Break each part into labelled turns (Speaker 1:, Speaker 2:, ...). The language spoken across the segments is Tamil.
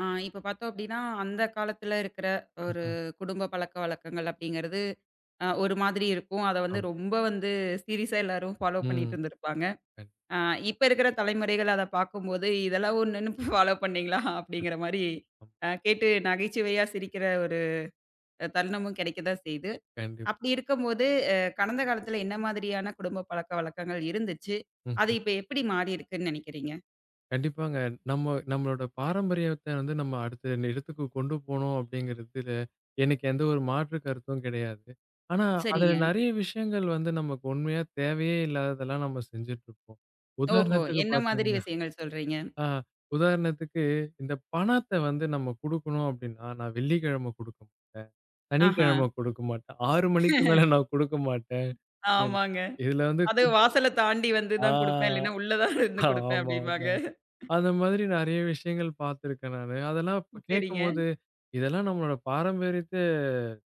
Speaker 1: இப்ப பார்த்தோம் அப்டின்னா, அந்த காலத்துல இருக்கிற ஒரு
Speaker 2: ம்ஹ்ம்.
Speaker 1: குடும்ப பழக்கவழக்கங்கள் அப்படிங்கிறது, ஒரு மாதிரி இருக்கும். அத வந்து
Speaker 2: ஆமா.
Speaker 1: ரொம்ப வந்து சீரியஸா எல்லாரும் ஃபாலோ
Speaker 2: ம்.
Speaker 1: பண்ணிட்டு இருந்திருப்பாங்க.
Speaker 2: கண்டிப்பா.
Speaker 1: அ இப்ப இருக்கிற தலைமுறைகள் அத பார்க்கும்போது, "இதெல்லாம் ஒண்ணுன்னு ஃபாலோ பண்ணீங்களா?" அப்படிங்கிற மாரி கேட்டு நகைச்சுவையா சிரிக்கிற ஒரு தருணமும் கிடைக்க தான் செய்யுது.
Speaker 2: கண்டிப்
Speaker 1: அப்படி இருக்கும்போது, கடந்த காலத்துல என்ன மாதிரியான குடும்ப பழக்கவழக்கங்கள் இருந்துச்சு? அது
Speaker 2: ம்ஹ்ம்.
Speaker 1: இப்ப எப்படி மாறியிருக்குன்னு நெனைக்கிறீங்க?
Speaker 2: கண்டிப்பாங்க. நம்ம நம்மளோட பாரம்பரியத்த வந்து நம்ம அடுத்த இடத்துக்கு கொண்டு போணும் அப்படிங்கிறதுல எனக்கு எந்த ஒரு மாற்று கருத்தும் கிடையாது. ஆனா, அதுல
Speaker 1: சரிங்க.
Speaker 2: நெறைய விஷயங்கள் வந்து நமக்கு உண்மையா தேவையே இல்லாததெல்லாம் நம்ம செஞ்சுட்டுருப்போம்.
Speaker 1: ஓஹோ!
Speaker 2: உதாரணத்துக்கு
Speaker 1: என்ன மாதிரி
Speaker 2: பார்த்தீங்கன்னா
Speaker 1: விஷயங்கள் சொல்றீங்க?
Speaker 2: ஆ உதாரணத்துக்கு இந்த பணத்த வந்து நம்ம குடுக்கணும் அப்படின்னா, நான் வெள்ளிக்கிழமை குடுக்க மாட்டேன்.
Speaker 1: ஆஹா.
Speaker 2: சனிக்கிழமை குடுக்க மாட்டேன். 6 மணிக்கு மேல நான் குடுக்க மாட்டேன்.
Speaker 1: ஆமாங்க.
Speaker 2: இதுல வந்து
Speaker 1: அது
Speaker 2: கு
Speaker 1: வாசல தாண்டி வந்து
Speaker 2: ஆ.
Speaker 1: தான் குடுப்பேன். இல்லைன்னா, உள்ள தான் இருந்து குடுப்பேன்
Speaker 2: ஆமா, ஆமா.
Speaker 1: அப்டிம்பாங்க.
Speaker 2: அந்த மாதிரி நெறைய விஷயங்கள் பார்த்துருக்கேன் நானு. அதெல்லாம் இப்ப
Speaker 1: சரிங்க,
Speaker 2: கேட்கும்போது, இதெல்லாம் நம்மளோட பாரம்பரியத்த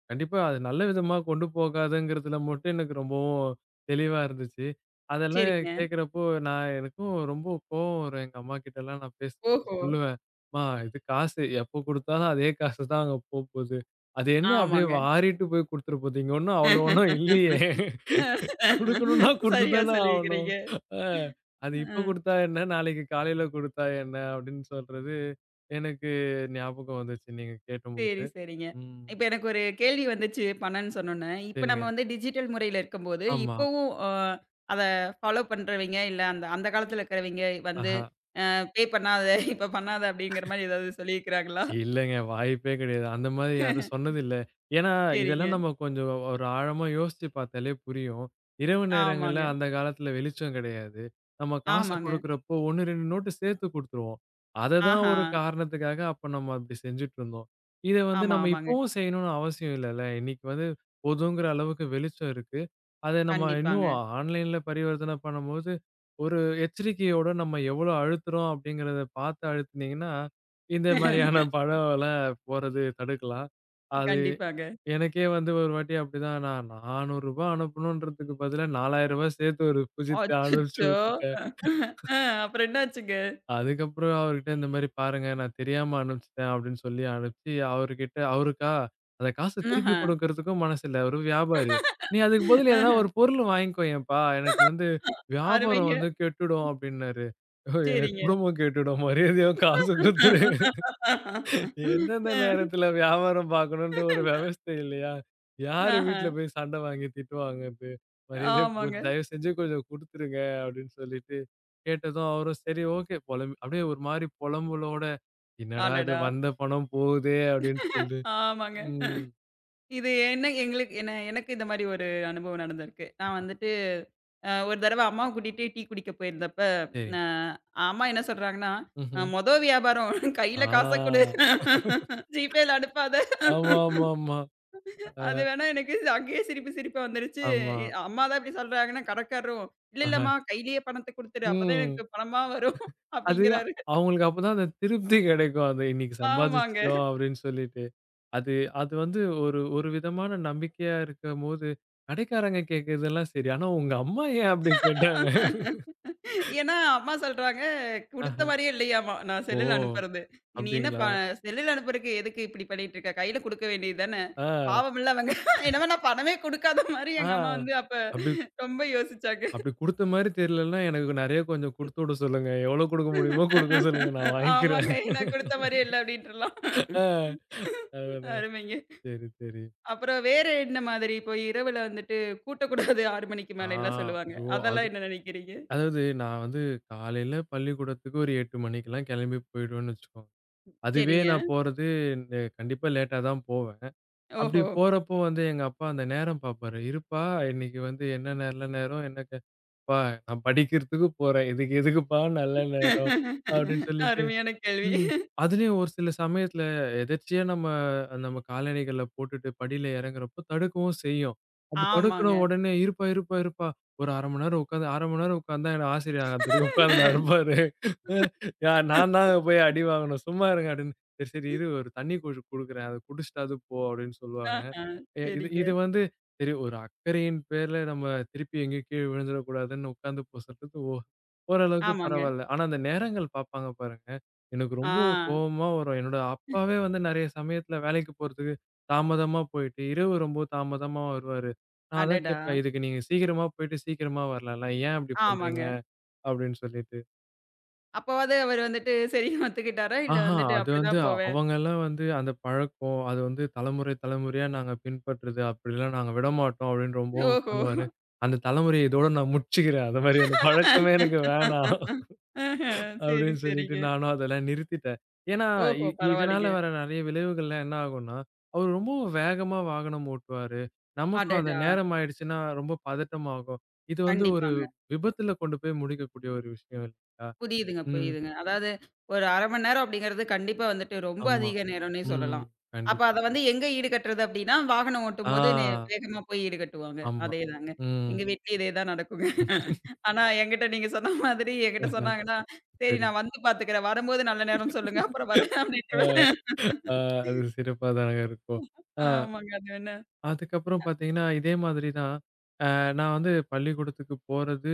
Speaker 2: கண்டிப்பா அது நல்ல விதமா கொண்டு போகாதுங்கிறதுல மட்டும் எனக்கு ரொம்பவும் தெளிவா இருந்துச்சு. அதெல்லாம்
Speaker 1: சரிங்க.
Speaker 2: கேட்கிறப்போ, நான் எனக்கும் ரொம்ப கோவம் வரும். எங்க அம்மா கிட்டலாம் நான் பேசும்போது
Speaker 1: ஓஹோ!
Speaker 2: சொல்லுவேன். "அம்மா இது காசு. எப்போ குடுத்தாலும் அதே காசு தான் அங்க போப்போது. அது என்ன அப்படியே
Speaker 1: ஆமாங்க.
Speaker 2: வாரிட்டு போய் குடுத்துற போது? இங்க ஒண்ணும் அவ்வளோ ஒண்ணும் இல்லையே." குடுக்கணும்னா
Speaker 1: சரியா
Speaker 2: குடுத்துதானே ஆவணும்.
Speaker 1: சொல்லியிருக்கிறீங்க.
Speaker 2: அ அது இப்ப
Speaker 1: அ
Speaker 2: குடுத்தா என்ன? நாளைக்கு காலையில குடுத்தா என்ன? அப்படின்னு சொல்றது, எனக்கு ஞாபகம் வந்துச்சு நீங்க கேட்டபோது.
Speaker 1: சரி, சரிங்க.
Speaker 2: ம்.
Speaker 1: இப்ப எனக்கு ஒரு கேள்வி வந்துச்சு பணம்னு சொன்னோனே. இப்ப நம்ம
Speaker 2: சரிங்க.
Speaker 1: வந்து டிஜிட்டல் முறையில இருக்கும்போது,
Speaker 2: ஆமா.
Speaker 1: இப்பவும் அத ஃபாலோ பண்றவைங்க, இல்ல அந்த அந்த காலத்துல இருக்கிறவைங்க வந்து
Speaker 2: ஆஹ.
Speaker 1: பே பண்ணாத, இப்ப பண்ணாத அப்டிங்கிற மாரி ஏதாவது சொல்லியிருக்கிறாங்களா?
Speaker 2: இல்லங்க. வாய்ப்பே கிடையாது. அந்த மாதிரி யாரும் சொன்னதில்ல. ஏன்னா, இதெல்லாம்
Speaker 1: சரிங்க.
Speaker 2: நம்ம கொஞ்சம் ஒரு ஆழமா யோசிச்சு பார்த்தாலே புரியும். இரவு நேரங்கள்ல
Speaker 1: ஆமாங்க,
Speaker 2: அந்த காலத்துல வெளிச்சம் கிடையாது. நம்ம காசு
Speaker 1: ஆமாங்க.
Speaker 2: குடுக்குறப்போ 1, 2 நோட்டு சேர்த்து குடுத்துருவோம். அததான்
Speaker 1: ஆஹா.
Speaker 2: ஒரு காரணத்துக்காக அப்ப நம்ம அப்படி செஞ்சுட்டுருந்தோம். இத வந்து
Speaker 1: ஆமா,
Speaker 2: நம்ம
Speaker 1: ஆமாங்க.
Speaker 2: இப்பவும் செய்யணும்னு அவசியம் இல்லல்ல. இன்னைக்கு வந்து போதுங்கிற அளவுக்கு வெளிச்சம் இருக்கு. அத நம்ம இன்னும்
Speaker 1: கண்டிப்பாங்க.
Speaker 2: ஆன்லைன்ல பரிவர்த்தனை பண்ணும்போது, ஒரு எச்சரிக்கையோட நம்ம எவ்வளோ அழுத்துறோம் அப்படிங்கிறத பார்த்து அழுத்துனீங்கன்னா இந்த மாரியான படம்லாம் போறது தடுக்கலாம். அது
Speaker 1: கண்டிப்பாங்க.
Speaker 2: எனக்கே வந்து ஒரு வாட்டி அப்படிதான் நான் ரூ. 400 அனுப்பணுன்றதுக்கு பதிலா ரூ. 4,000 சேர்த்து ஒரு புஜித்த அனுப்பிச்சு
Speaker 1: அச்சச்சோ!
Speaker 2: விட்டுட்டேன்.
Speaker 1: அ அப்புறம் என்னாச்சுங்க?
Speaker 2: அதுக்கப்புறம் அவர்கிட்ட இந்த மாரி பாருங்க நான் தெரியாம அனுப்பிச்சுட்டேன் அப்படின்னு சொல்லி அனுப்பிச்சு அவர்கிட்ட அந்த காசு திருப்பி
Speaker 1: ஆஹா.
Speaker 2: குடுக்கறதுக்கும் மனசில்ல. அவரு வியாபாரி. நீ அதுக்கு பதில் எதனா
Speaker 1: ஆஹ.
Speaker 2: ஒரு பொருள் வாங்கிக்கோயேன்ப்பா. எனக்கு வந்து வியாபாரம்
Speaker 1: அருமைங்க.
Speaker 2: வந்து கெட்டுடும் அப்படின்னாரு. ஐயோ, எனக்கு
Speaker 1: சரிங்க.
Speaker 2: குடும்பம் கெட்டுடும் மரியாதையா காசு குடுத்துரு.
Speaker 1: அ.
Speaker 2: எந்தெந்த நேரத்துல வியாபாரம் பார்க்கணுன்ற ஒரு விவஸ்தை இல்லையா? யாரு
Speaker 1: ஆஹா.
Speaker 2: வீட்ல போய் சண்டை வாங்கி திட்டுவாங்க இது? மரியாதையா
Speaker 1: ஆமாங்க.
Speaker 2: தயவு செஞ்சு கொஞ்சம் குடுத்துருங்க அப்படின்னு சொல்லிட்டு, கேட்டதும் அவரும் சரி ஓகே பொலம் அப்படியே ஒரு மாரி புலம்பலோட, என்னடா இது
Speaker 1: அடடா!
Speaker 2: வந்த பணம் போகுதே அப்படின்னு சொல்லி
Speaker 1: ஆமாங்க.
Speaker 2: ம்.
Speaker 1: இது என்ன எங்களுக்கு என்ன எனக்கு இந்த மாரி ஒரு அனுபவம் நடந்திருக்கு. நான் வந்துட்டு ஒரு தடவ அம்மாவ கூட்டிட்டு டீ குடிக்க போயிருந்தப்ப,
Speaker 2: சரி.
Speaker 1: அ அம்மா என்ன சொல்றாங்கன்னா,
Speaker 2: ம்ஹ்ம்.
Speaker 1: மொத வியாபாரம் கையில காச குடு.
Speaker 2: ஆ.
Speaker 1: ஜிபேல அனுப்பாத."
Speaker 2: ஆமாமாமா. ஆமா.
Speaker 1: அது வேணா எனக்கு அங்கேயே சிரிப்பு சிரிப்பா வந்துருச்சு.
Speaker 2: ஆமா
Speaker 1: அம்மா தான் இப்டி சொல்றாங்கன்னா, கடக்காரரும், "இல்ல
Speaker 2: ஆஹா.
Speaker 1: இல்லம்மா கையிலேயே பணத்த குடுத்துரு. அப்பதான்
Speaker 2: ம்.
Speaker 1: எனக்கு பணமா வரும்"
Speaker 2: அது
Speaker 1: அப்டிங்கிறாரு.
Speaker 2: அவங்களுக்கு அப்பதான் அந்த திருப்தி கிடைக்கும். அது இன்னைக்கு
Speaker 1: ஆமாங்க.
Speaker 2: சம்பாதிச்சுட்டோம் அப்படின்னு சொல்லிட்டு. அது அது வந்து ஒரு ஒரு விதமான நம்பிக்கையா இருக்கும்போது, கடைக்காரங்க கேட்கிறதெல்லாம் சரி. ஆனா உங்க அம்மா ஏன் அப்படி கேட்டாங்க?
Speaker 1: ஏன்னா அம்மா சொல்றாங்க, குடுத்த
Speaker 2: ஆஹா.
Speaker 1: மாரியே இல்லையாமா நான்
Speaker 2: ஓ!
Speaker 1: செல்லுல அனுப்புறது. "நீ என்ன
Speaker 2: அப்படிங்களா?
Speaker 1: செல்லுல அனுப்புறக்கு எதுக்கு இப்டி பண்ணிட்டு இருக்க? கையில குடுக்க வேண்டியது தானே."
Speaker 2: ஆ,
Speaker 1: பாவம்ல அவங்க என்னமோ நான் பணமே குடுக்காத மாரி
Speaker 2: ஆ.
Speaker 1: எங்க அம்மா வந்து அப்ப
Speaker 2: அப்படி
Speaker 1: ரொம்ப யோசிச்சாங்க.
Speaker 2: அப்படி குடுத்த மாரி தெரியலன்னா, எனக்கு நெறைய கொஞ்சம் குடுத்துவிட சொல்லுங்க. எவ்வளோ குடுக்க முடியுமோ குடுக்க சொல்லுங்க. நான் வாங்கிக்கிறேன்.
Speaker 1: ஆமாங்க. நான் குடுத்த மாரியே இல்ல அப்டின்ட்டுலாம்.
Speaker 2: ஆ, அதுதான்.
Speaker 1: அருமைங்க.
Speaker 2: சரி, சரி.
Speaker 1: அப்புறம் வேற என்ன மாதிரி இப்போ இரவுல வந்துட்டு கூட்டக்கூடாது 6 மணிக்கு
Speaker 2: ஆ,
Speaker 1: மேலலாம் சொல்லுவாங்க.
Speaker 2: ஐயோ! அது
Speaker 1: அதெல்லாம் என்ன நினைக்கிறீங்க?
Speaker 2: அதாவது நான் வந்து காலையில பள்ளிக்கூடத்துக்கு ஒரு 8 மணிக்கெல்லாம் கெளம்பி போயிடுவேன்னு வச்சுக்கோங்க. அதுவே
Speaker 1: சரிங்க.
Speaker 2: நான் போறது கண்டிப்பா லேட்டா தான் போவேன். அப்படி
Speaker 1: ஓஹோ!
Speaker 2: போறப்போ வந்து எங்க அப்பா அந்த நேரம் பார்ப்பாரு. "இருப்பா, இன்னைக்கு வந்து என்ன நல்ல நேரம், என்ன க ப்பா நான் படிக்கிறதுக்கு போறேன். இதுக்கு எதுக்குப்பா நல்ல நேரம்?" அப்படின்னு சொல்லிட்டு
Speaker 1: அருமையான கேள்வி.
Speaker 2: ம். அதுலயும் ஒரு சில சமயத்துல எதர்ச்சியா நம்ம நம்ம காலணிகள போட்டுட்டு படியில இறங்குறப்போ தடுக்கவும் செய்யும். அப்படி தடுக்குன
Speaker 1: ஆமாங்க.
Speaker 2: உடனே, "இருப்பா, இருப்பா, இருப்பா. ஒரு 1/2 மணி நேரம் உட்காந்து 1/2 மணி நேரம் உட்காந்தா என்ன ஆசிரியர் அங்கத்துக்கு உட்கார்ந்தினாரு பாரு. யா நான் தான் போய் அடி வாங்கணும். சும்மா இருங்க" அப்படின்னு. "சரி, சரி இரு ஒரு தண்ணி கொஞ்சம் குடுக்குறேன். அத குடிச்சிட்டாவது போ" அப்படின்னு சொல்லுவாங்க.
Speaker 1: ஆஹா.
Speaker 2: இது
Speaker 1: சரிங்க.
Speaker 2: இது வந்து சரி ஒரு அக்கறையின் பேர்ல நம்ம திருப்பி எங்கேயும் கீழ விழுந்துடக்கூடாதுன்னு உட்காந்து பூசுறது ஓரளவுக்கு
Speaker 1: ஆமாங்க.
Speaker 2: பரவால்ல. ஆனா, அந்த நேரங்கள் பார்ப்பாங்க பாருங்க. எனக்கு
Speaker 1: ஆ.
Speaker 2: ரொம்ப கோவமா வரும். என்னோட அப்பாவே வந்து நெறைய சமயத்துல வேலைக்கு போறதுக்கு தாமதமா போயிட்டு, இரவு ரொம்ப தாமதமா வருவாரு. நான் அதான்
Speaker 1: அடடா!
Speaker 2: கேட்பேன், "இதுக்கு நீங்க சீக்கிரமா போயிட்டு சீக்கிரமா வரலாம்ல. ஏன் அப்படி
Speaker 1: ஆமாங்க.
Speaker 2: பண்றீங்க?" அப்படின்னு சொல்லிட்டு.
Speaker 1: அப்பவாது அவரு வந்துட்டு சரின்னு ஒத்துக்கிட்டாரா? இல்ல
Speaker 2: ஆஹா!
Speaker 1: வந்துட்டு
Speaker 2: அது வந்து
Speaker 1: அப்படிதான் போவேன்.
Speaker 2: அவங்கலாம் வந்து அந்த பழக்கம், அது வந்து தலைமுறை, தலைமுறையா நாங்க பின்பற்றுது. அப்படிலாம் நாங்க விடமாட்டோம் அப்படின்னு ரொம்பவும்
Speaker 1: ஓஹோ!
Speaker 2: பண்ணுவாரு. அந்த தலைமுறைய இதோட நான் முடிச்சுக்கிறேன். அந்த மாரி அந்த பழக்கமே எனக்கு வேணாம்
Speaker 1: ஆஹ. சரி,
Speaker 2: அப்படின்னு சொல்லிட்டு
Speaker 1: சரிங்க.
Speaker 2: நானும் அதெல்லாம் நிறுத்திட்டேன். ஏன்னா இ
Speaker 1: ஓஹோ!
Speaker 2: இதனால
Speaker 1: பரவாயில்லைங்க.
Speaker 2: வர நெறைய விளைவுகள்லாம் என்ன ஆகும்னா, அவரு ரொம்ப வேகமா வாகனம் ஓட்டுவாரு. நமக்கும் அந்த
Speaker 1: அடடா!
Speaker 2: நேரம் ஆயிடுச்சுன்னா ரொம்ப பதட்டமாகும். இது வந்து ஒரு
Speaker 1: கண்டிப்பாங்க.
Speaker 2: விபத்துல கொண்டு போய் முடிக்கக்கூடிய ஒரு விஷயம் இல்லைங்களா?
Speaker 1: புரியுதுங்க,
Speaker 2: ம்.
Speaker 1: புரியுதுங்க. அதாவது ஒரு 1/2 மணி நேரம் அப்படிங்கிறது கண்டிப்பா வந்துட்டு ரொம்ப
Speaker 2: ஆமா.
Speaker 1: அதிக நேரம்னே
Speaker 2: ம்.
Speaker 1: சொல்லலாம். அப்ப
Speaker 2: கண்டிப்பா.
Speaker 1: அத வந்து எங்க ஈடுகட்டுறது அப்படின்னா, வாகனம்
Speaker 2: ஆ.
Speaker 1: ஓட்டும்போது வேகமா போய் ஈடுகட்டுவாங்க.
Speaker 2: ஆமா.
Speaker 1: அதேதாங்க.
Speaker 2: ம்.
Speaker 1: எங்க வீட்லயும் இதே தான் நடக்குங்க. ஆனா என்கிட்ட நீங்க சொன்ன மாதிரி என்கிட்ட
Speaker 2: ஆஹ.
Speaker 1: சொன்னாங்கன்னா, "சரி
Speaker 2: சரி.
Speaker 1: நான் வந்து பார்த்துக்கிறேன். வரும்போது நல்ல நேரம் சொல்லுங்க. அப்புறம் வரேன்"
Speaker 2: ஆ,
Speaker 1: அப்படின்ருவேன்.
Speaker 2: ஆ அது சிறப்பா தாங்க இருக்கும். ஆ
Speaker 1: ஆமாங்க. அது வேணா.
Speaker 2: அதுக்கப்புறம் பார்த்தீங்கன்னா, இதே மாதிரி தான். நான் வந்து பள்ளிக்கூடத்துக்கு போறது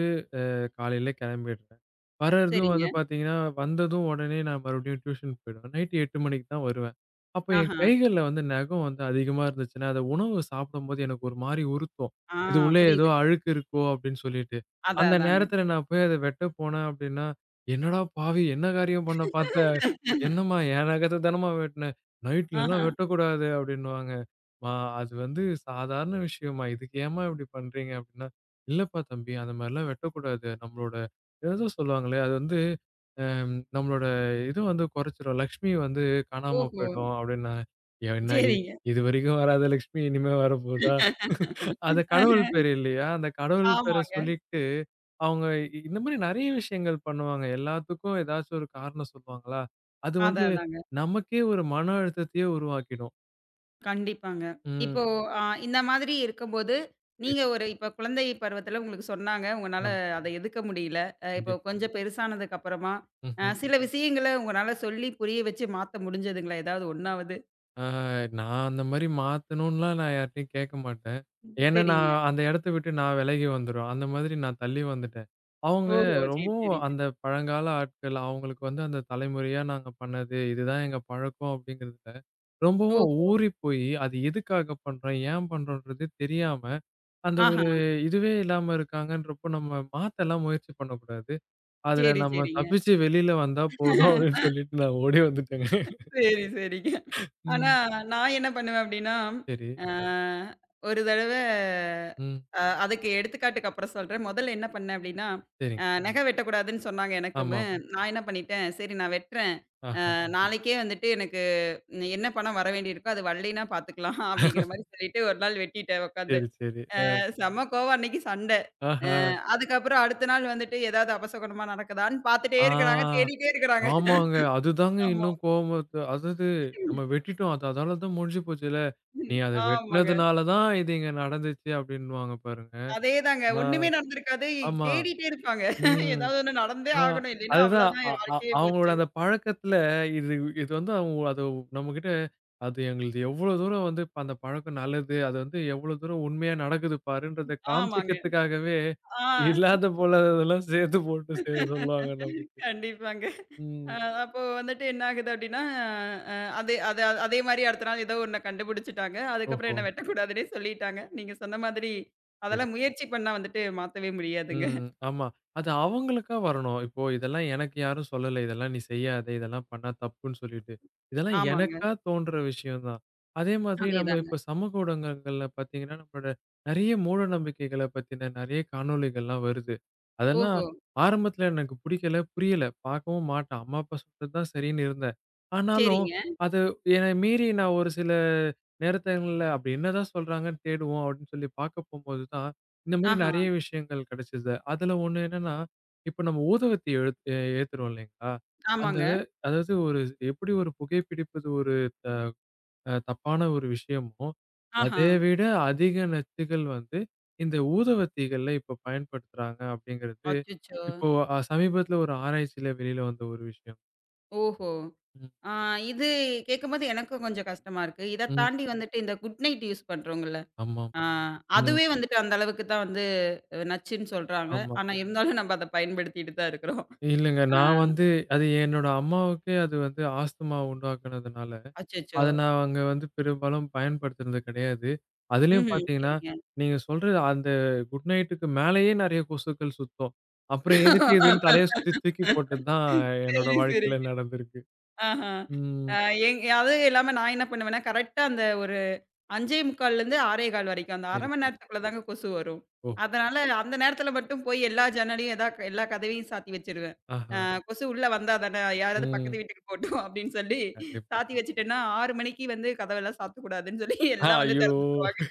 Speaker 2: காலையில கிளம்பிடுறேன். வர்றதும்
Speaker 1: சரிங்க.
Speaker 2: வந்து பார்த்தீங்கன்னா, வந்ததும் உடனே நான் மறுபடியும் டியூஷன் போயிடுவேன். நைட் 8 மணிக்கு தான் வருவேன். அப்ப என்
Speaker 1: ஆஹா.
Speaker 2: கைகள்ல வந்து நகம் வந்து அதிகமா இருந்துச்சுன்னா, அத உணவு சாப்பிடும்போது எனக்கு ஒரு மாரி உறுத்தும்.
Speaker 1: ஆ
Speaker 2: இது உள்ளே ஏதோ
Speaker 1: புரியுது.
Speaker 2: அழுக்கு இருக்கோ அப்படின்னு சொல்லிட்டு.
Speaker 1: அதான்
Speaker 2: அந்த
Speaker 1: அதாங்க.
Speaker 2: நேரத்துல நான் போய் அத வெட்ட போனேன் அப்படின்னா, "என்னடா பாவி! என்ன காரியம் பண்ண பார்த்த? என்னம்மா என் நகத்த தானம்மா வெட்டுன! நைட்லலாம்
Speaker 1: ஆஹா.
Speaker 2: வெட்டக்கூடாது" அப்படின்னுவாங்க. "மா அது வந்து சாதாரண விஷயம்மா. இதுக்கு ஏம்மா இப்படி பண்றீங்க?" அப்படின்னா இல்லப்பா தம்பி, அந்த மாரிலாம் வெட்டக்கூடாது. நம்மளோட ஏதோ சொல்லுவாங்களே, அது வந்து நம்மளோட இது வந்து குறைச்சிரும். லக்ஷ்மி வந்து காணாம
Speaker 1: ஓஹோ!
Speaker 2: போயிடும் அப்டின்னாங்க. என்ன இது
Speaker 1: சரிங்க.
Speaker 2: இதுவரைக்கும் வராத லக்ஷ்மி இனிமே வரப்போதா? அது கடவுள் பேரு இல்லையா? அந்த கடவுள் பேர
Speaker 1: ஆமாங்க.
Speaker 2: சொல்லிட்டு அவங்க இந்த மாரி நெறைய விஷயங்கள் பண்ணுவாங்க. எல்லாத்துக்கும் ஏதாச்சும் ஒரு காரணம் சொல்லுவாங்களா? அது வந்து
Speaker 1: அதான் அதாங்க.
Speaker 2: நமக்கே ஒரு மன அழுத்தத்தையே உருவாக்கிடும்.
Speaker 1: கண்டிப்பாங்க.
Speaker 2: ம்.
Speaker 1: இப்போ இந்த மாதிரி இருக்கும்போது, நீங்க
Speaker 2: சரி.
Speaker 1: ஒரு இப்ப குழந்தை பருவத்துல உங்களுக்கு சொன்னாங்க. உங்கனால
Speaker 2: ஆமா.
Speaker 1: அத எதுக்க முடியல. இப்போ
Speaker 2: கண்டிப்பா.
Speaker 1: கொஞ்சம் பெருசானதுக்கு அப்புறமா,
Speaker 2: ம்ஹ்ம்.
Speaker 1: சில விஷயங்கள உங்கனால சொல்லி புரிய வச்சு மாத்த முடிஞ்சதுங்களா? ஏதாவது ஒண்ணாவது?
Speaker 2: ஆ நான் அந்த மாரி மாத்தணும்லாம் நான் யார்ட்டயும் கேட்க மாட்டேன். ஏன்னா,
Speaker 1: சரிங்க.
Speaker 2: நான் அந்த இடத்த விட்டு நான் விலகி வந்துருவேன். அந்த மாதிரி நான் தள்ளி வந்துட்டேன். அவங்க
Speaker 1: ஓஹோ! சரி,
Speaker 2: ரொம்பவும்
Speaker 1: சரிங்க.
Speaker 2: அந்த பழங்கால ஆட்கள். அவங்களுக்கு வந்து அந்த தலைமுறையா நாங்க பண்ணது, இதுதான் எங்க பழக்கம் அப்படிங்கிறதுல, ரொம்பவும்
Speaker 1: ஓஹோ!
Speaker 2: ஊறி போயி, அது எதுக்காக பண்றோம்? ஏன் பண்றோன்றது தெரியாம, அந்த
Speaker 1: ஆஹா!
Speaker 2: ஒரு இதுவே இல்லாம இருக்காங்கன்றப்போ, நம்ம மாத்தலாம் முயற்சி பண்ணக்கூடாது. அதுல
Speaker 1: சரி,
Speaker 2: நம்ம
Speaker 1: சரிங்க.
Speaker 2: தப்பிச்சு வெளியில வந்தா போதும் அப்படின்னு சொல்லிட்டு நான் ஓடி வந்துட்டேங்க.
Speaker 1: சரி, சரிங்க. ஆனா,
Speaker 2: ம்.
Speaker 1: நான் என்ன பண்ணுவேன் அப்டின்னா,
Speaker 2: சரி.
Speaker 1: அ ஒரு தடவ
Speaker 2: ம்.
Speaker 1: அதுக்கு எடுத்துக்காட்டுக்கு அப்புறம் சொல்றேன். முதல்ல என்ன பண்ணேன் அப்டின்னா, அ
Speaker 2: சரிங்க.
Speaker 1: ம். நகம் வெட்டக்கூடாதுன்னு சொன்னாங்க எனக்குமு.
Speaker 2: ஆமாம்.
Speaker 1: நான் என்ன பண்ணிட்டேன், சரி நான் வெட்டுறேன்.
Speaker 2: ஆஹா.
Speaker 1: நாளைக்கே வந்துட்டு எனக்கு என்ன பணம் வர வேண்டியிருக்கோ, அது வரலைன்னா பார்த்துக்கலாம் அப்டிங்கிற மாரி சொல்லிட்டு ஒரு நாள் வெட்டிட்டேன் உட்காந்து.
Speaker 2: சரி, சரி. அ.
Speaker 1: செம கோவம் அன்னைக்கு சண்ட. அ
Speaker 2: ஆஹா.
Speaker 1: அதுக்கப்புறம் அடுத்த நாள் வந்துட்டு ஏதாவது அபசகுனமா நடக்குதான்னு பார்த்துட்டே
Speaker 2: ஆ.
Speaker 1: இருக்கிறாங்க, தேடிட்டே இருக்கிறாங்க.
Speaker 2: ஆமாங்க. அதுதாங்க
Speaker 1: ஆமா.
Speaker 2: இன்னும் கோவத்த அதாவது நம்ம வெட்டிட்டோம். அது அதால தான் முடிஞ்சு போச்சுல்ல. நீ அத
Speaker 1: ஆமாங்க.
Speaker 2: வெட்டுனதுனால தான் இது இங்க நடந்துச்சு அப்டின்னுவாங்க பாருங்க.
Speaker 1: அதேதாங்க.
Speaker 2: ஆ.
Speaker 1: ஒண்ணுமே நடந்திருக்காது.
Speaker 2: ஆமா.
Speaker 1: தேடிட்டே இருப்பாங்க.
Speaker 2: ம்.
Speaker 1: ஏதாவது ஒண்ணு நடந்தே
Speaker 2: ஆ.
Speaker 1: ஆகணும். இல்லைன்னா
Speaker 2: அதுதான்.
Speaker 1: அவ்வளோதான்
Speaker 2: அ
Speaker 1: என்
Speaker 2: அ
Speaker 1: வாழ்க்கையே
Speaker 2: அவங்களோட
Speaker 1: போச்சு.
Speaker 2: அந்த பழக்கத்துல இது இது வந்து அவங்க அத நம்மகிட்ட அது எங்களுது எவ்வளோ தூரம் வந்து இப்ப அந்த பழக்கம் நல்லது. அது வந்து எவ்வளோ தூரம் உண்மையா நடக்குது பாருன்றத
Speaker 1: ஆமாங்க.
Speaker 2: காமிச்சுக்கிறதுக்காகவே,
Speaker 1: ஆ
Speaker 2: இல்லாத போல அதெல்லாம் சேர்த்து போட்டு சொல்லுவாங்க நமக்கு.
Speaker 1: கண்டிப்பாங்க. அ
Speaker 2: ம்.
Speaker 1: அப்போ வந்துட்டு என்ன ஆகுது அப்டின்னா, அ அதே அது அதே மாரி அடுத்த நாள் ஏதோ ஒண்ண கண்டுபிடிச்சுட்டாங்க. அதுக்கப்புறம்
Speaker 2: ஓஹோ!
Speaker 1: என்ன வெட்டக்கூடாதுன்னே சொல்லிட்டாங்க. நீங்க சொன்ன மாதிரி
Speaker 2: சரி.
Speaker 1: அதெல்லாம் முயற்சி பண்ணா வந்துட்டு மாத்தவே முடியாதுங்க.
Speaker 2: ம். ஆமா. அது அவங்களுக்கா வரணும். இப்போ இதெல்லாம் எனக்கு யாரும் சொல்லல. இதெல்லாம் நீ செய்யாத. இதெல்லாம் பண்ணா தப்புன்னு சொல்லிட்டு. இதெல்லாம்
Speaker 1: ஆமாங்க.
Speaker 2: எனக்கா தோன்ற விஷயம் தான். அதே மாதிரி நம்ம
Speaker 1: அதேதாங்க.
Speaker 2: இப்ப சமூக ஊடகங்கள்ல பார்த்தீங்கன்னா, நம்மளோட நெறைய மூட நம்பிக்கைகள பத்தின நெறைய காணொளிகள்லாம் வருது. அதெல்லாம்
Speaker 1: ஓஹோ!
Speaker 2: ஆரம்பத்துல எனக்கு பிடிக்கல, புரியல. பார்க்கவும் மாட்டேன். அம்மா, அப்பா சொல்றது தான் சரின்னு இருந்தேன். ஆனாலும்
Speaker 1: சரிங்க.
Speaker 2: அது என்னை மீறி நான் ஒரு சில நேரத்தங்கள்ல அப்படி என்னதான் சொல்றாங்கன்னு தேடுவோம் அப்படின்னு சொல்லி பார்க்க போம்போது தான் இந்த மாரி
Speaker 1: ஆஹா.
Speaker 2: நெறைய விஷயங்கள் கிடைச்சது. அதுல ஒண்ணு என்னன்னா, இப்ப நம்ம ஊதுவத்தி எழுத் எ ஏத்துறோம் இல்லைங்களா? அந்த
Speaker 1: ஆமாங்க.
Speaker 2: அதாவது ஒரு எப்படி ஒரு புகைப்பிடிப்பது ஒரு தப்பான ஒரு விஷயமோ,
Speaker 1: ஆஹா.
Speaker 2: அதை விட அதிக நச்சுகள் வந்து இந்த ஊதுவத்திகள்ல இப்ப பயன்படுத்துறாங்க அப்படிங்கிறது,
Speaker 1: அச்சச்சோ!
Speaker 2: இப்போ சமீபத்துல ஒரு ஆராய்ச்சியில வெளியில வந்த ஒரு விஷயம்.
Speaker 1: ஓஹோ!
Speaker 2: ம்,
Speaker 1: ஆ இது கேட்கும்போது எனக்கும் கொஞ்சம் கஷ்டமா இருக்கு. இத
Speaker 2: ம்.
Speaker 1: தாண்டி வந்துட்டு இந்த குட் நைட் யூஸ் பண்றோங்கல்ல.
Speaker 2: ஆமா.
Speaker 1: ஆ
Speaker 2: ம்.
Speaker 1: அதுவே வந்துட்டு அந்த அளவுக்கு தான் வந்து நச்சுன்னு சொல்றாங்க.
Speaker 2: ஆமா.
Speaker 1: ஆனா இருந்தாலும் நம்ம அத பயன்படுத்திட்டு தான் இருக்கிறோம்.
Speaker 2: இல்லங்க.
Speaker 1: ஆ
Speaker 2: நான் வந்து அது என்னோட அம்மாவுக்கே அது வந்து ஆஸ்துமா உண்டாக்குனதுனால
Speaker 1: அச்சச்சோ!
Speaker 2: அத நான் அங்க வந்து பெரும்பாலும் பயன்படுத்துனது கிடையாது. அதிலயும்
Speaker 1: ம்ஹ்ம்.
Speaker 2: பார்த்தீங்கன்னா,
Speaker 1: சரிங்க.
Speaker 2: நீங்க சொல்ற அந்த குட் நைட்டுக்கு மேலேயே நெறைய கொசுக்கள் சுத்தும். அப்புறம் எதுக்கு இதுன்னு தலைய சுத்தி தூக்கி போட்டது தான் என்னோட
Speaker 1: சரி,
Speaker 2: வாழ்க்கையில
Speaker 1: சரிங்க.
Speaker 2: நடந்திருக்கு.
Speaker 1: ஆஹா.
Speaker 2: ம்.
Speaker 1: அ எங் அதுவும் இல்லாம நான் என்ன பண்ணுவேன்னா, கரெக்ட்டா அந்த ஒரு 5:45லேருந்து 6:15 வரைக்கும். அந்த 1/2
Speaker 2: சரி,
Speaker 1: மணி
Speaker 2: சரி.
Speaker 1: நேரத்துக்குள்ள தாங்க கொசு வரும்.
Speaker 2: ஓஹோ!
Speaker 1: அதனால அந்த நேரத்தில மட்டும் போய் எல்லா ஜன்னலையும், எல்லா கதவையும் சாத்தி வச்சிருவேன்.
Speaker 2: ஆஹா!
Speaker 1: கொசு உள்ள வந்தா தானே, யாராவது
Speaker 2: ம்.
Speaker 1: பக்கத்து வீட்டுக்கு போட்டும் அப்படின்னு சொல்லி
Speaker 2: கண்டிப்பா.
Speaker 1: சாத்தி வச்சுட்டேன்னா, 6 மணிக்கு வந்து கதவெல்லாம் சாத்தக்கூடாதுன்னு சொல்லி
Speaker 2: ஆ
Speaker 1: எல்லாம் வந்து
Speaker 2: ஐயோ!
Speaker 1: திறந்துருவாங்க.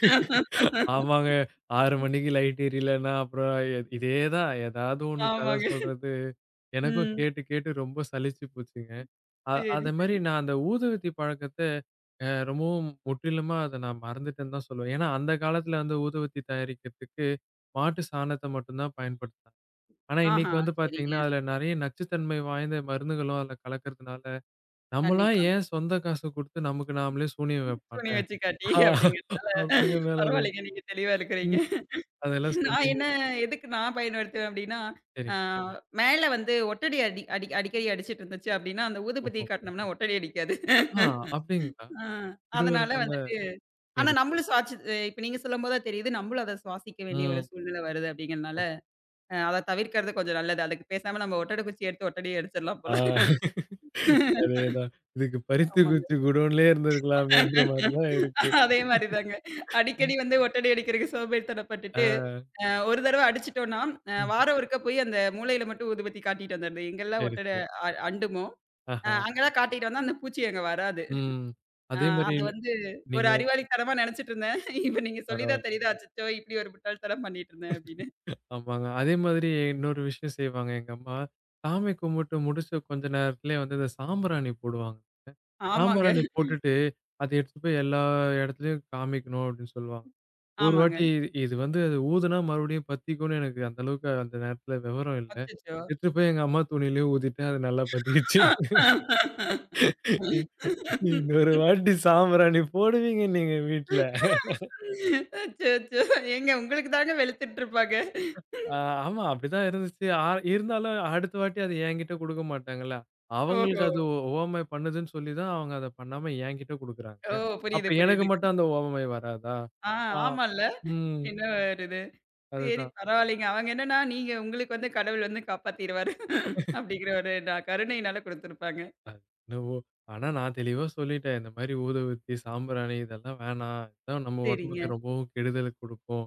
Speaker 2: ஆமாங்க. 6 மணிக்கு லைட் எரியலன்னா, அப்புறம் இதே தான். ஏதாவது ஒண்ணு கதை
Speaker 1: ஆமாங்க.
Speaker 2: சொல்றது. எனக்கும்
Speaker 1: ம்.
Speaker 2: கேட்டு கேட்டு ரொம்ப சலிச்சு போச்சுங்க.
Speaker 1: சரி,
Speaker 2: அது மாரி
Speaker 1: சரி.
Speaker 2: நான் அந்த ஊதுவத்தி பழக்கத்த ரொம்பவும் முற்றிலுமா அத நான் மறந்துட்டேன்னு தான் சொல்லுவேன். ஏன்னா, அந்த காலத்துல வந்து ஊதுவத்தி தயாரிக்கிறதுக்கு மாட்டு சாணத்த மட்டும் தான் பயன்படுத்துனாங்க. ஆனா,
Speaker 1: ஆஹா,
Speaker 2: இன்னைக்கு வந்து
Speaker 1: சரிங்க.
Speaker 2: பாத்தீங்கன்னா, அதுல நெறைய நச்சுத்தன்மை வாய்ந்த மருந்துகளும் அதுல கலக்கறதுனால, நம்மளா
Speaker 1: கண்டிப்பாங்க.
Speaker 2: ஏன் சொந்த காசு குடுத்து நமக்கு நாமளே சூனியம் வைப்பாங்க?
Speaker 1: துணி வச்சு காட்டி அப்படிங்கிறதுனால
Speaker 2: அப்படிங்கிறதுனால அது
Speaker 1: பரவாயில்லைங்க. நீங்க தெளிவா இருக்கிறீங்க.
Speaker 2: ம். அதெல்லாம் சொல்லி
Speaker 1: நான் என்ன எதுக்கு நான் பயன்படுத்துவேன் அப்படின்னா, ஆ
Speaker 2: சரிங்க.
Speaker 1: மேல வந்து ஒட்டடி அடி அடி அடிக்கடி அடிச்சிட்டு இருந்துச்சு அப்படின்னா, அந்த ஊதுபத்தி
Speaker 2: ஓஹோ!
Speaker 1: காட்டுனோம்னா ஒட்டடி அடிக்காது.
Speaker 2: ஆ அப்படிங்களா?
Speaker 1: ஆ
Speaker 2: இது ஒரு
Speaker 1: அதனால
Speaker 2: நல்ல
Speaker 1: வந்துட்டு ஆனா
Speaker 2: சரி, சரி.
Speaker 1: நம்மளும் சுவாச்சு அ இப்ப நீங்க சொல்லும்போது தான் தெரியுது, நம்மளும் அத சுவாசிக்க வேண்டிய ஒரு
Speaker 2: ம்.
Speaker 1: சூழ்நிலை வருது அப்படிங்கிறனால, அத தவிர்க்கிறது கொஞ்சம் நல்லது. அதுக்கு பேசாம நம்ம ஒட்டட குச்சி எடுத்து ஒட்டடயே அடிச்சிடலாம்
Speaker 2: ஆ
Speaker 1: போல.
Speaker 2: அதேதான். இதுக்கு
Speaker 1: ஆமாங்க.
Speaker 2: பருத்திக்குச்சி குடோன்லயே இருந்திருக்கலாமேன்ற மாரி தான் இருக்கு.
Speaker 1: அதே மாரி தாங்க. அடிக்கடி வந்து ஒட்டடை அடிக்கிறதுக்கு சோம்பேறித்தனப்பட்டுட்டு,
Speaker 2: ஆ
Speaker 1: ஒரு தடவ அடிச்சுட்டோம்னா,
Speaker 2: ம்.
Speaker 1: வாரம் ஒருக்கா போய் அந்த மூலையில மட்டும் ஊதுபத்தி காட்டிட்டு வந்துடுறது. எங்கெல்லாம்
Speaker 2: சரி,
Speaker 1: ஒட்டடை
Speaker 2: சரி.
Speaker 1: அண்டுமோ,
Speaker 2: ஆஹா.
Speaker 1: அங்கலாம் காட்டிட்டு வந்தா அந்த பூச்சி அங்க வராது.
Speaker 2: ம்.
Speaker 1: அ
Speaker 2: அதே மாரி
Speaker 1: அது வந்து ஒரு
Speaker 2: நீங்க
Speaker 1: அறிவாளித்தனமா நெனச்சுட்டு இருந்தேன். இப்ப நீங்க சொல்லி தான்
Speaker 2: பரவால்ல.
Speaker 1: தெரியுது, அச்சச்சோ! இப்படி ஒரு முட்டாள்தனம் பண்ணிட்டு இருந்தேன் அப்படின்னு.
Speaker 2: ஆமாங்க. அதே மாதிரி இன்னொரு விஷயம் செய்வாங்க எங்க அம்மா. சாமி கும்பிட்டு முடிச்ச கொஞ்ச நேரத்திலயே வந்து இந்த சாம்பிராணி போடுவாங்க.
Speaker 1: ஆமாங்க.
Speaker 2: சாம்பிராணி போட்டுட்டு, அத எடுத்துட்டு போய் எல்லா இடத்துலயும் காமிக்கணும் அப்படின்னு சொல்லுவாங்க. ஒரு
Speaker 1: ஆமாங்க.
Speaker 2: வாட்டி இது வந்து அது ஊதுனா மறுபடியும் பத்திக்கும்னு எனக்கு அந்த அளவுக்கு அந்த நேரத்துல விவரம் இல்ல.
Speaker 1: அச்சச்சோ!
Speaker 2: எடுத்துட்டு போய் எங்க அம்மா துணியிலயே ஊதிட்டேன். அது நல்லா பத்திக்கிச்சு. இ- இன்னொரு வாட்டி சாம்பிராணி போடுவீங்க நீங்க வீட்ல.
Speaker 1: அச்சச்சோ! ஏங்க உங்களுக்கு தாங்க வெளுத்துட்டு இருப்பாங்க.
Speaker 2: ஆ ஆமா அப்படிதான் இருந்துச்சு. ஆ இருந்தாலும் அடுத்த வாட்டி அது என்கிட்ட குடுக்க மாட்டாங்கல்ல. அவங்களுக்கு
Speaker 1: ஓஹோ!
Speaker 2: அது ஓவமை பண்ணுதுன்னு சொல்லி தான் அவங்க அத பண்ணாம என்கிட்ட குடுக்குறாங்க.
Speaker 1: ஓ!
Speaker 2: அப்ப
Speaker 1: புரியுது,
Speaker 2: எனக்கு
Speaker 1: புரியுதுங்க.
Speaker 2: மட்டும் அந்த ஓவமை வராதா?
Speaker 1: ஆ
Speaker 2: ஆ.
Speaker 1: ஆமால்ல.
Speaker 2: ம்.
Speaker 1: என்ன வருது. சரி
Speaker 2: அதுதான்.
Speaker 1: பரவாயில்லைங்க. அவங்க என்னன்னா, நீங்க உங்களுக்கு வந்து கடவுள் வந்து காப்பாத்திருவாரு. அப்படிங்கிற ஒரு கருணையினால குடுத்துருப்பாங்க.
Speaker 2: என்னவோ! ஆனா நான் தெளிவா சொல்லிட்டேன். இந்த மாரி ஊதுவத்தி, சாம்பிராணி இதெல்லாம் வேணாம். இதான் நம்ம உடம்புக்கு
Speaker 1: சரிங்க.
Speaker 2: ரொம்பவும் கெடுதல் குடுக்கும்.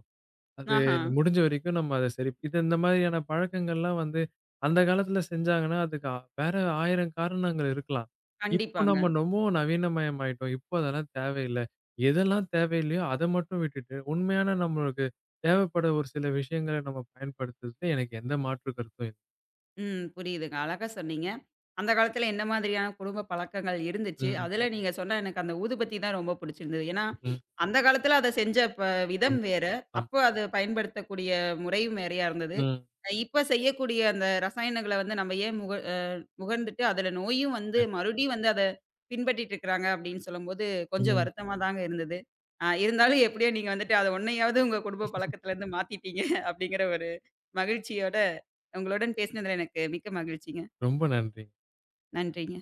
Speaker 2: அது
Speaker 1: ஆஹா.
Speaker 2: முடிஞ்ச வரைக்கும் நம்ம அத சரி இது இந்த மாதிரியான பழக்கங்கள்லாம் வந்து அந்த காலத்துல செஞ்சாங்கன்னா, அதுக்கு வேற 1000 காரணங்கள் இருக்கலாம். இப்போ
Speaker 1: கண்டிப்பாங்க.
Speaker 2: நம்ம ரொம்பவும் நவீனமயம் ஆயிட்டோம். இப்போ அதெல்லாம் தேவையில்ல. எதெல்லாம் தேவையில்லையோ அத மட்டும் விட்டுட்டு, உண்மையான நம்மளுக்கு தேவைப்பட ஒரு சில விஷயங்கள நம்ம பயன்படுத்துறதுல எனக்கு எந்த மாற்று கருத்தும் இல்ல.
Speaker 1: ம். புரியுதுங்க. அழகா சொன்னீங்க. அந்த காலத்துல என்ன மாதிரியான குடும்ப பழக்கங்கள் இருந்துச்சு?
Speaker 2: ம்,
Speaker 1: அதுல நீங்க சொன்ன எனக்கு அந்த ஊதுபத்தி தான் ரொம்ப புடிச்சிருந்தது. ஏன்னா,
Speaker 2: ம்.
Speaker 1: அந்த காலத்துல அத செஞ்ச
Speaker 2: ஆமா,
Speaker 1: விதம் வேற.
Speaker 2: ஆமா.
Speaker 1: அப்ப அத பயன்படுத்தக்கூடிய முறையும் வேறையா இருந்தது.
Speaker 2: ம்.
Speaker 1: இப்ப செய்யக்கூடிய அந்த ரசாயனங்கள வந்து நம்ம ஏன் முகர்ந்துட்டு அதுல நோயும் வந்து
Speaker 2: கண்டிப்பா.
Speaker 1: மறுபடியும் வந்து அத பின்பற்றிட்டு இருக்கிறாங்க அப்படின்னு சொல்லும்போது, கொஞ்சம்
Speaker 2: ம்.
Speaker 1: வருத்தமா தாங்க இருந்தது. இருந்தாலும் எப்படியோ நீங்க வந்துட்டு அத 1 யாது உங்க குடும்ப பழக்கத்துலருந்து மாத்திட்டீங்க அப்படிங்கிற ஒரு மகிழ்ச்சியோட உங்களுடன் பேசினதுல எனக்கு மிக்க மகிழ்ச்சிங்க.
Speaker 2: ரொம்ப நன்றி.
Speaker 1: நன்றிங்க.